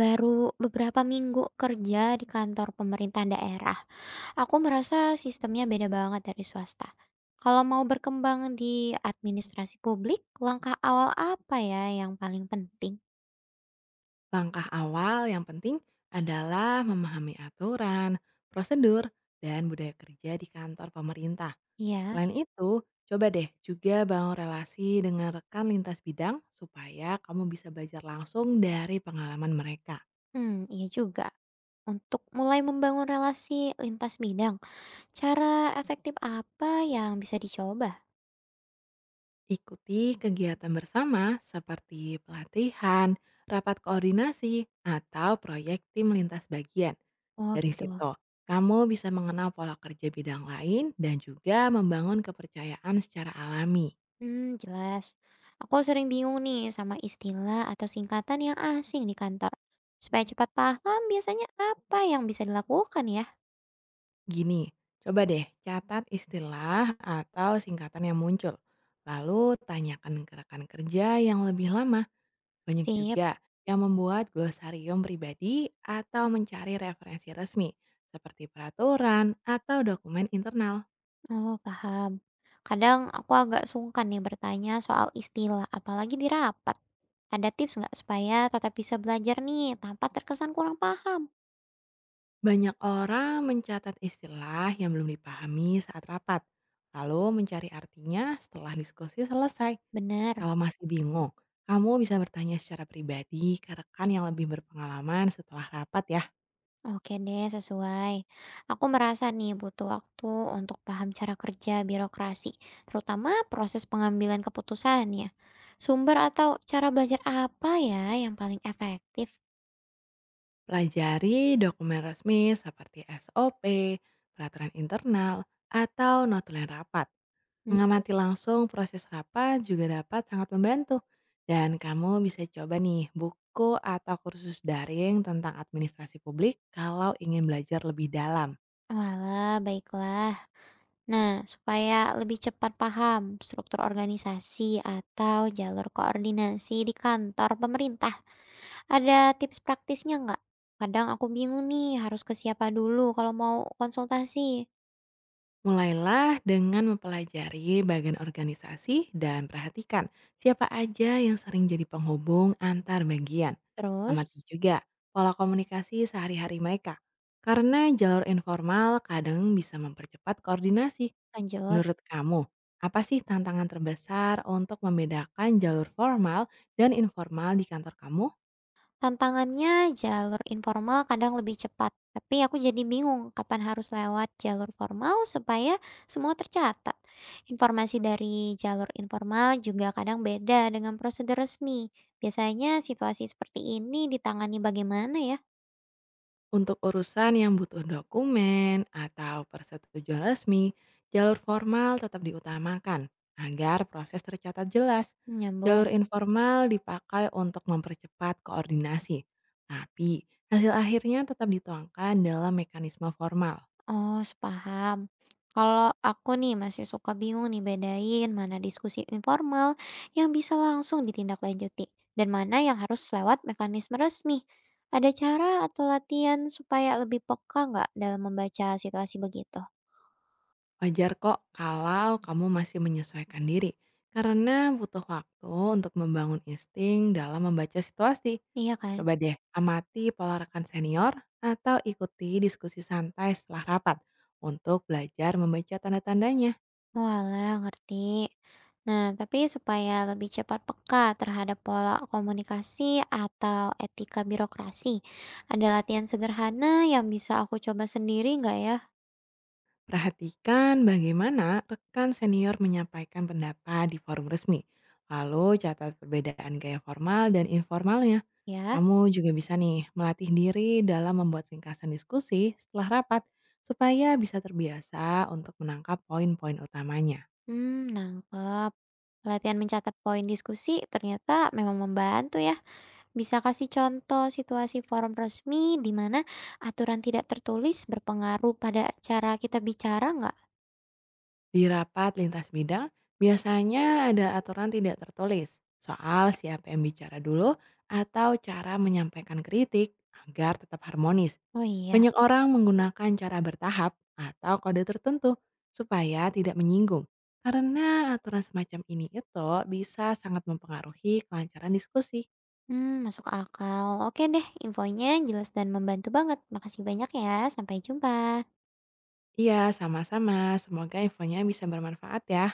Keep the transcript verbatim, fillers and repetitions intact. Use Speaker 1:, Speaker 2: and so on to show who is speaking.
Speaker 1: Baru beberapa minggu kerja di kantor pemerintah daerah, aku merasa sistemnya beda banget dari swasta. Kalau mau berkembang di administrasi publik, langkah awal apa ya yang paling penting?
Speaker 2: Langkah awal yang penting adalah memahami aturan, prosedur, dan budaya kerja di kantor pemerintah.
Speaker 1: Ya,
Speaker 2: Selain itu, coba deh juga bangun relasi dengan rekan lintas bidang supaya kamu bisa belajar langsung dari pengalaman mereka.
Speaker 1: hmm, iya juga. Untuk mulai membangun relasi lintas bidang, cara efektif apa yang bisa dicoba?
Speaker 2: Ikuti kegiatan bersama seperti pelatihan, rapat koordinasi, atau proyek tim lintas bagian.
Speaker 1: Oh
Speaker 2: Dari
Speaker 1: gitu.
Speaker 2: situ, kamu bisa mengenal pola kerja bidang lain dan juga membangun kepercayaan secara alami.
Speaker 1: Hmm, jelas. Aku sering bingung nih sama istilah atau singkatan yang asing di kantor. Supaya cepat paham, biasanya apa yang bisa dilakukan ya?
Speaker 2: Gini, coba deh catat istilah atau singkatan yang muncul. Lalu tanyakan ke rekan kerja yang lebih lama. Banyak
Speaker 1: Sip.
Speaker 2: juga yang membuat glosarium pribadi atau mencari referensi resmi seperti peraturan atau dokumen internal.
Speaker 1: Oh, paham. Kadang aku agak sungkan nih bertanya soal istilah, apalagi di rapat. Ada tips nggak supaya tetap bisa belajar nih tanpa terkesan kurang paham?
Speaker 2: Banyak orang mencatat istilah yang belum dipahami saat rapat, lalu mencari artinya setelah diskusi selesai.
Speaker 1: Bener.
Speaker 2: Kalau masih bingung, kamu bisa bertanya secara pribadi ke rekan yang lebih berpengalaman setelah rapat ya.
Speaker 1: Oke deh, sesuai. Aku merasa nih butuh waktu untuk paham cara kerja birokrasi, terutama proses pengambilan keputusan ya. Sumber atau cara belajar apa ya yang paling efektif?
Speaker 2: Pelajari dokumen resmi seperti S O P, peraturan internal, atau notulen rapat.
Speaker 1: Hmm,
Speaker 2: Mengamati langsung proses rapat juga dapat sangat membantu. Dan kamu bisa coba nih buku atau kursus daring tentang administrasi publik kalau ingin belajar lebih dalam.
Speaker 1: walah, baiklah. Nah, supaya lebih cepat paham struktur organisasi atau jalur koordinasi di kantor pemerintah, ada tips praktisnya nggak? Kadang aku bingung nih harus ke siapa dulu kalau mau konsultasi.
Speaker 2: Mulailah dengan mempelajari bagian organisasi dan perhatikan siapa aja yang sering jadi penghubung antar bagian.
Speaker 1: Terus,
Speaker 2: Amati juga pola komunikasi sehari-hari mereka. Karena jalur informal kadang bisa mempercepat koordinasi.
Speaker 1: lanjut.
Speaker 2: Menurut kamu, apa sih tantangan terbesar untuk membedakan jalur formal dan informal di kantor kamu?
Speaker 1: Tantangannya jalur informal kadang lebih cepat, tapi aku jadi bingung kapan harus lewat jalur formal supaya semua tercatat. Informasi dari jalur informal juga kadang beda dengan prosedur resmi. Biasanya situasi seperti ini ditangani bagaimana ya?
Speaker 2: Untuk urusan yang butuh dokumen atau persetujuan resmi, jalur formal tetap diutamakan agar proses tercatat jelas.
Speaker 1: Nyambung.
Speaker 2: Jalur informal dipakai untuk mempercepat koordinasi, tapi hasil akhirnya tetap dituangkan dalam mekanisme formal.
Speaker 1: Oh, sepaham. Kalau aku nih masih suka bingung nih bedain mana diskusi informal yang bisa langsung ditindaklanjuti dan mana yang harus lewat mekanisme resmi. Ada cara atau latihan supaya lebih peka nggak dalam membaca situasi begitu?
Speaker 2: Wajar kok kalau kamu masih menyesuaikan diri, karena butuh waktu untuk membangun insting dalam membaca situasi.
Speaker 1: Iya kan?
Speaker 2: Coba deh, amati pola rekan senior atau ikuti diskusi santai setelah rapat untuk belajar membaca tanda-tandanya.
Speaker 1: Walah, ngerti. Nah, tapi supaya lebih cepat peka terhadap pola komunikasi atau etika birokrasi, ada latihan sederhana yang bisa aku coba sendiri nggak ya?
Speaker 2: Perhatikan bagaimana rekan senior menyampaikan pendapat di forum resmi. Lalu catat perbedaan gaya formal dan informalnya.
Speaker 1: Ya.
Speaker 2: Kamu juga bisa nih melatih diri dalam membuat ringkasan diskusi setelah rapat supaya bisa terbiasa untuk menangkap poin-poin utamanya.
Speaker 1: Hmm, nangkep. Latihan mencatat poin diskusi ternyata memang membantu ya. Bisa kasih contoh situasi forum resmi di mana aturan tidak tertulis berpengaruh pada cara kita bicara nggak?
Speaker 2: Di rapat lintas bidang, biasanya ada aturan tidak tertulis soal siapa yang bicara dulu atau cara menyampaikan kritik agar tetap harmonis.
Speaker 1: Oh iya.
Speaker 2: Banyak orang menggunakan cara bertahap atau kode tertentu supaya tidak menyinggung. Karena aturan semacam ini itu bisa sangat mempengaruhi kelancaran diskusi.
Speaker 1: Hmm masuk akal. Oke deh, infonya jelas dan membantu banget. Makasih banyak ya. Sampai jumpa.
Speaker 2: Iya, sama-sama. Semoga infonya bisa bermanfaat ya.